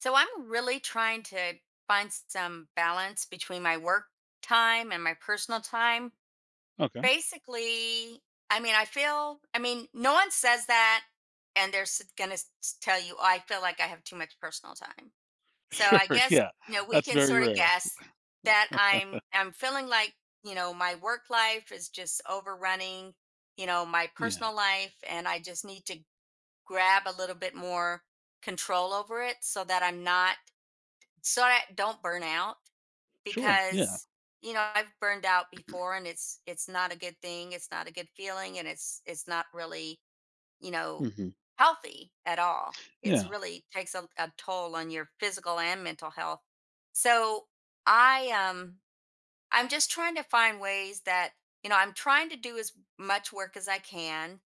So I'm really trying to find some balance between my work time and my personal time. Okay. Basically, I feel, no one says that and they're going to tell you, oh, I feel like I have too much personal time. So Sure, I guess, yeah. We That's can very sort of rare. guess that I'm feeling like, my work life is just overrunning, my Yeah. personal life and I just need to grab a little bit more control over it so that I'm not I don't burn out Sure, yeah. because I've burned out before and it's not a good thing. It's not a good feeling and it's not really you know Mhm. healthy at all. It's Yeah. really takes a toll on your physical and mental health. So I I'm just trying to find ways that, I'm trying to do as much work as I can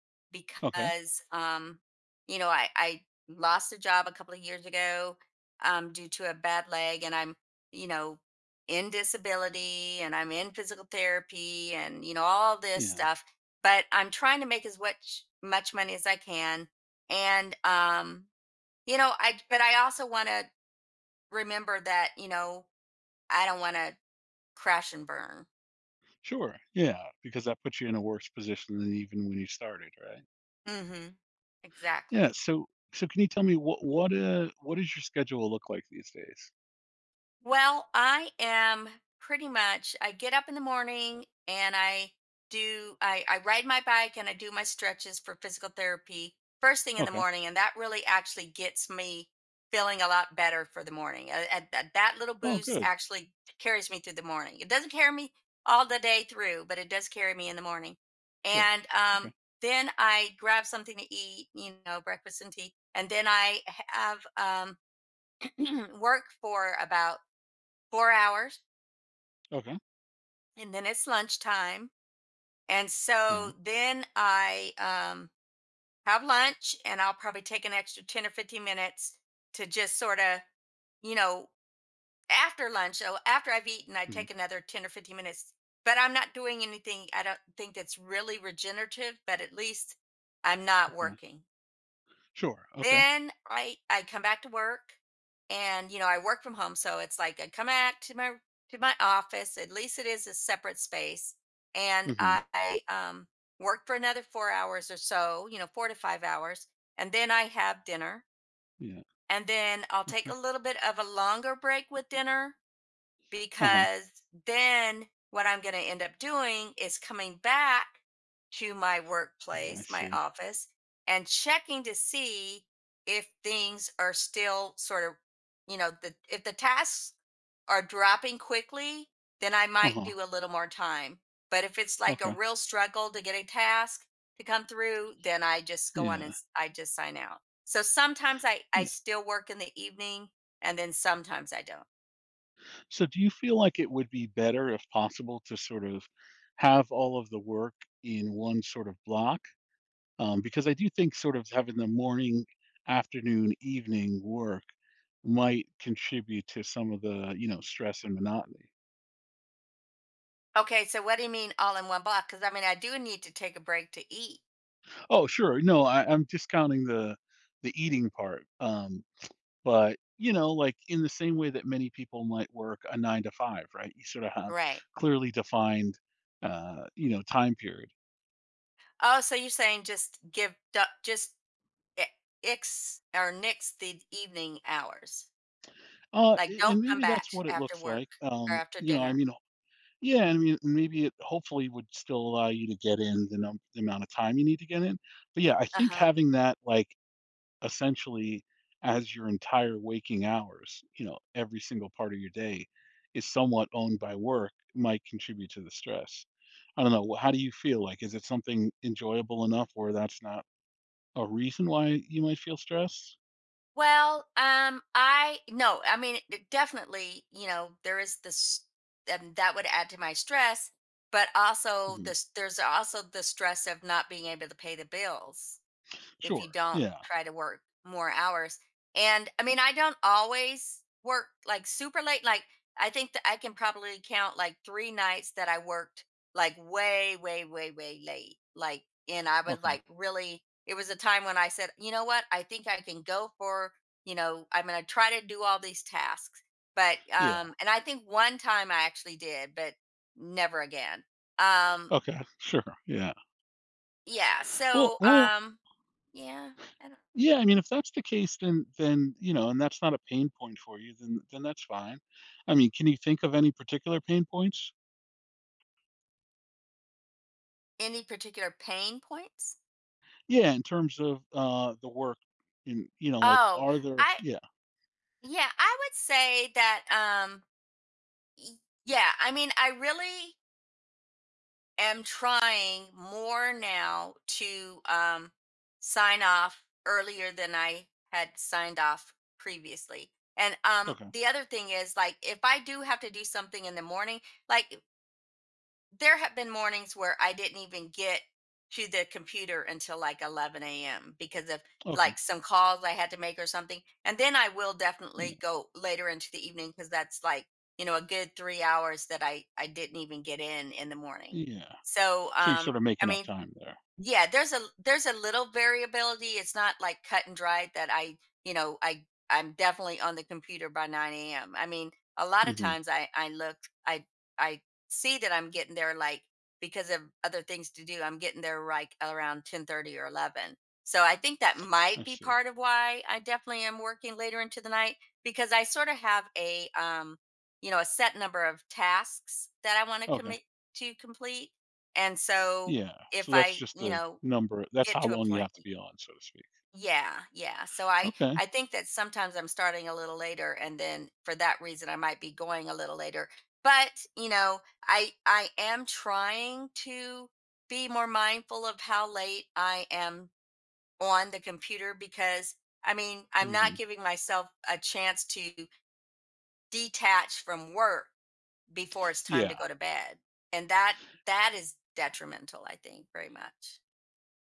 Okay. because, I lost a job a couple of years ago, due to a bad leg and I'm, you know, in disability and I'm in physical therapy and, all this Yeah. stuff. But I'm trying to make as much money as I can. And, but I also want to remember that, I don't want to crash and burn. Sure, yeah, because that puts you in a worse position than even when you started, right? hmm Yeah, Exactly. so so can you tell me what does your schedule look like these days? Well, I am pretty much, I get up in the morning and I ride my bike and I do my stretches for physical therapy first thing in the Okay. morning. And that really actually gets me feeling a lot better for the morning. That little Oh, boost good. actually carries me through the morning. It doesn't carry me all the day through, but it does carry me in the morning. Sure. And Okay. Then I grab something to eat, you know, breakfast and tea. And then I have, work for about 4 hours Okay. and then it's lunchtime. And Yeah. so then I have lunch and I'll probably take an extra 10 or 15 minutes to just sort of, you know, after lunch. So after I've eaten, I take Mhm. another 10 or 15 minutes, but I'm not doing anything. I don't think that's really regenerative, but at least I'm not Okay. working. Sure. Okay. Then I come back to work and, you know, I work from home, so it's like I come back to my office, at least it is a separate space, and Mhm. I work for another 4 hours or so, you know, 4 to 5 hours, and then I have dinner, Yeah. and then I'll take a Okay. little bit of a longer break with dinner Uh-huh. because then what I'm going to end up doing is coming back to my I workplace, my see. office, and checking to see if things are still sort of, if the tasks are dropping quickly, then I might Uh-huh. do a little more time. But if it's like a Okay. real struggle to get a task to come through, then I just go on and Yeah. I just sign out. So sometimes I Yeah. still work in the evening and then sometimes I don't. So do you feel like it would be better, if possible, to sort of have all of the work in one sort of block? Because I do think sort of having the morning, afternoon, evening work might contribute to some of the stress and monotony. Okay, so what do you mean all in one block? Because I mean, I do need to take a break to eat. Oh, sure. No, I'm discounting the eating part. But you know, like in the same way that many people might work a nine to five, right? You sort of have Right. clearly defined, you know, time period. Oh, so you're saying just just i- ix or nix the evening hours. Like, A and don't come maybe back that's what it after looks like, work or after you know, I dinner. mean, yeah, I mean, maybe it hopefully would still allow you to get in the num the amount of time you need to get in, but yeah, I think Uh-huh. having that, like, essentially as your entire waking hours, you know, every single part of your day is somewhat owned by work might contribute to the stress. I don't know, wh how do you feel? Like, is it something enjoyable enough where that's not a reason why you might feel stressed? Well, I, no, I mean it definitely, you know, there is this and that would add to my stress, but also Mhm. this there's also the stress of not being able to pay the bills if you Sure, don't yeah, try to work more hours. And I mean, I don't always work like super late. Like, I think that I can probably count like three nights that I worked like way, way, way, way late. Like, and I was okay, like, really, it was a time when I said, you know what? I think I can go for, you know, I'm going to try to do all these tasks. But, yeah, and I think one time I actually did, but never again. Um, okay, sure, yeah. yeah. Well well, Yeah. I don't. yeah, I mean, if that's the case, then, you know, and that's not a pain point for you, then that's fine. I mean, can you think of any particular pain points? Any particular pain points? Yeah, in terms of, the work in you know, like, Oh, are there I yeah, yeah, I would say that y- yeah, I mean I really am trying more now to sign off earlier than I had signed off previously. And okay, the other thing is like if I do have to do something in the morning, like there have been mornings where I didn't even get to the computer until like 11 a.m. because of okay, like some calls I had to make or something. And then I will definitely yeah, go later into the evening because that's like, you know, a good 3 hours that I didn't even get in the morning. yeah. So, So you're sort of I making up mean, time there. yeah, there's a little variability. It's not like cut and dried that you know, I I'm definitely on the computer by 9 a.m. I mean, a lot of Mhm, times I I see that I'm getting there like because of other things to do. I'm getting there like around 10:30 or 11. So I think that might I be see. part of why I definitely am working later into the night because I sort of have a you know, a set number of tasks that I want to Okay, commit to complete. And so yeah, if so that's I, just you the know, number that's get how to a long you point, have to be on, so to speak. yeah, yeah, so Okay, I think that sometimes I'm starting a little later, and then for that reason, I might be going a little later, but, you know, I am trying to be more mindful of how late I am on the computer because, I mean, I'm not mhm, giving myself a chance to detach from work before it's time yeah. to go to bed, and that is detrimental, I think, very much.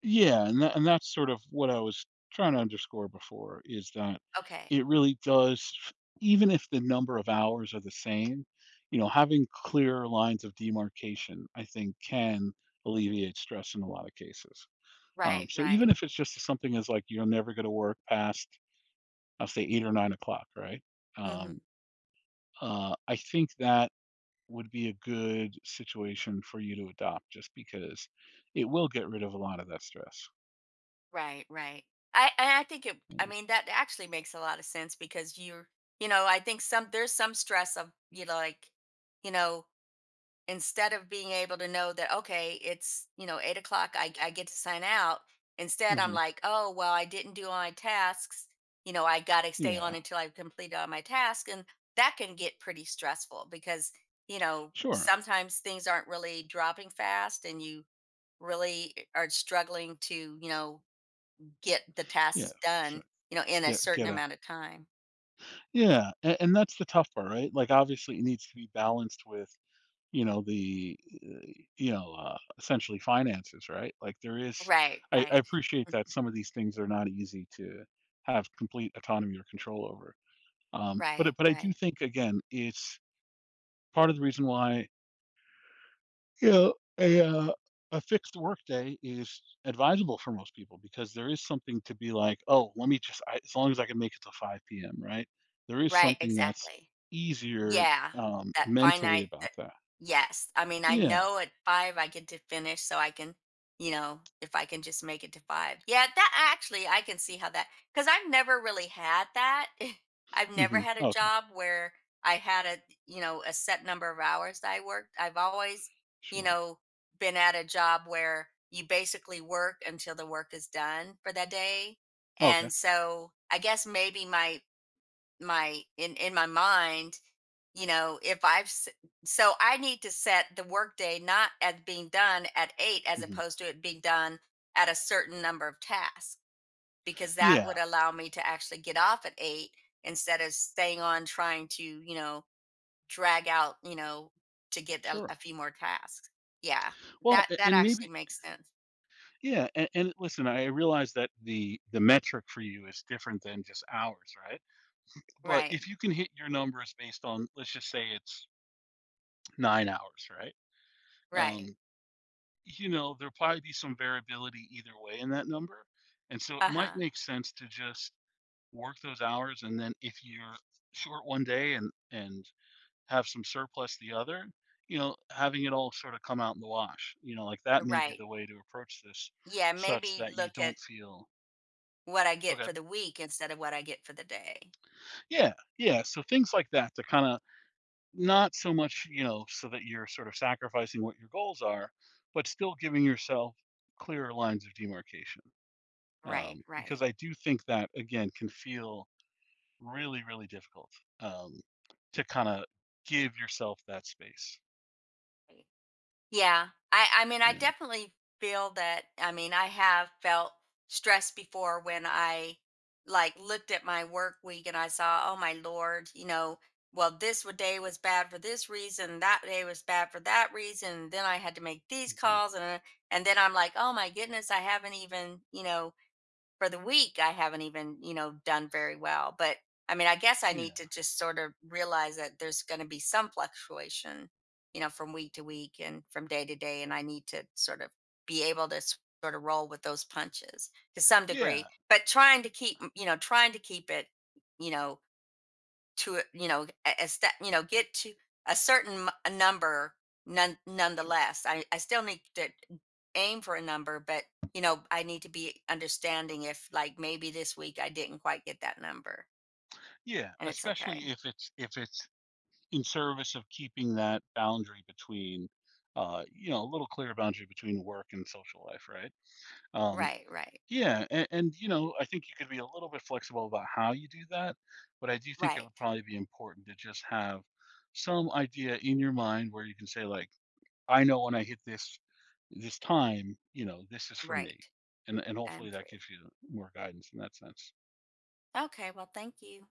Yeah, and that's sort of what I was trying to underscore before is that Okay. it really does f even if the number of hours are the same, you know, having clear lines of demarcation, I think, can alleviate stress in a lot of cases. Right, So even right. if it's just something as, like, you're never gonna work past, I'll say 8 or 9 o'clock, right? hmm Um, I think that would be a good situation for you to adopt just because it will get rid of a lot of that stress. Right, right. I and I think it. I mean, that actually makes a lot of sense because you're, you know, I think some there's some stress of, you know, like, you know, instead of being able to know that okay, it's you know 8 o'clock, I get to sign out. Instead, I'm Mhm. like, oh well, I didn't do all my tasks. You know, I got to stay on Yeah. until I've completed all my tasks, and that can get pretty stressful because you know Sure. sometimes things aren't really dropping fast, and you really are struggling to you know get the Yeah, tasks done, sure. you know, in Just a get certain get a amount of time. yeah, and that's the tough part, right? Like, obviously, it needs to be balanced with, you know, the, you know, essentially finances, right? Like, there is Right, I right. appreciate Mm. that some of these things are not easy to have complete autonomy or control over. Right, But I do right. think, again, it's part of the reason why you know, a fixed workday is advisable for most people because there is something to be like, "Oh, let me just I as long as I can make it to 5 p.m.," right? There is Right, something that's exactly. easier, Yeah, that mentally finite that about that. yes, I mean, I Yeah. know at 5 I get to finish, so I can, you know, if I can just make it to 5. Yeah, that actually, I can see how that, because 'cause I've never really had that. I've never Mhm. had a Okay. job where I had a, you know, a set number of hours that I worked. I've always, you Sure. know, been at a job where you basically work until the work is done for that day. Okay. And so I guess maybe my in my mind, you know, if I've s- so I need to set the workday not as being done at 8 as Mhm. opposed to it being done at a certain number of tasks because that Yeah. would allow me to actually get off at 8 instead of staying on trying to you know drag out you know to get Sure. a few more tasks. Yeah, Well, that a that and actually maybe makes sense. yeah, and listen, I realize that the metric for you is different than just hours, right? But if Right. you can hit your numbers based on, let's just say it's 9 hours, right? Um Right. you know, there'll probably be some variability either way in that number. And so it Uh might huh. make sense to just work those hours and then if you're short one day and have some surplus the other, you know, having it all sort of come out in the wash. You know, like that may be Right. the way to approach this Yeah. such Maybe that you look at don't feel what I get okay. for the week instead of what I get for the day. Yeah, yeah. So things like that to kind of not so much, you know, so that you're sort of sacrificing what your goals are, but still giving yourself clearer lines of demarcation. Right. Right. Because I do think that again can feel really, really difficult um, to kind of give yourself that space. Yeah. I mean, I Yeah. definitely feel that. I mean, I have felt stressed before when I like looked at my work week and I saw, oh my lord, you know, well day was bad for this reason, that day was bad for that reason, then I had to make these Mhm. calls and then I'm like, oh my goodness, I haven't even, you know, for the week I haven't even, you know, done very well. But I mean, I guess I need to Yeah. just sort of realize that there's going to be some fluctuation, you know, from week to week and from day to day. And I need to sort of be able to sort of roll with those punches to some degree, Yeah. but trying to keep, you know, trying to keep it, you know, to a you know, a step you know, get to a certain m number none Sure. nonetheless. I still need to aim for a number, but, you know, I need to be understanding if, like, maybe this week I didn't quite get that number, Yeah. and it's Especially okay. If it's in service of keeping that boundary between, you know, a little clear boundary between work and social life, right? Um, Right, right, yeah, and you know, I think you could be a little bit flexible about how you do that, but I do think it right, would probably be important to just have some idea in your mind where you can say, like, I know when I hit this this time, you know, this is for me. right. And I'm hopefully that free. gives you more guidance in that sense. Okay, well, thank you.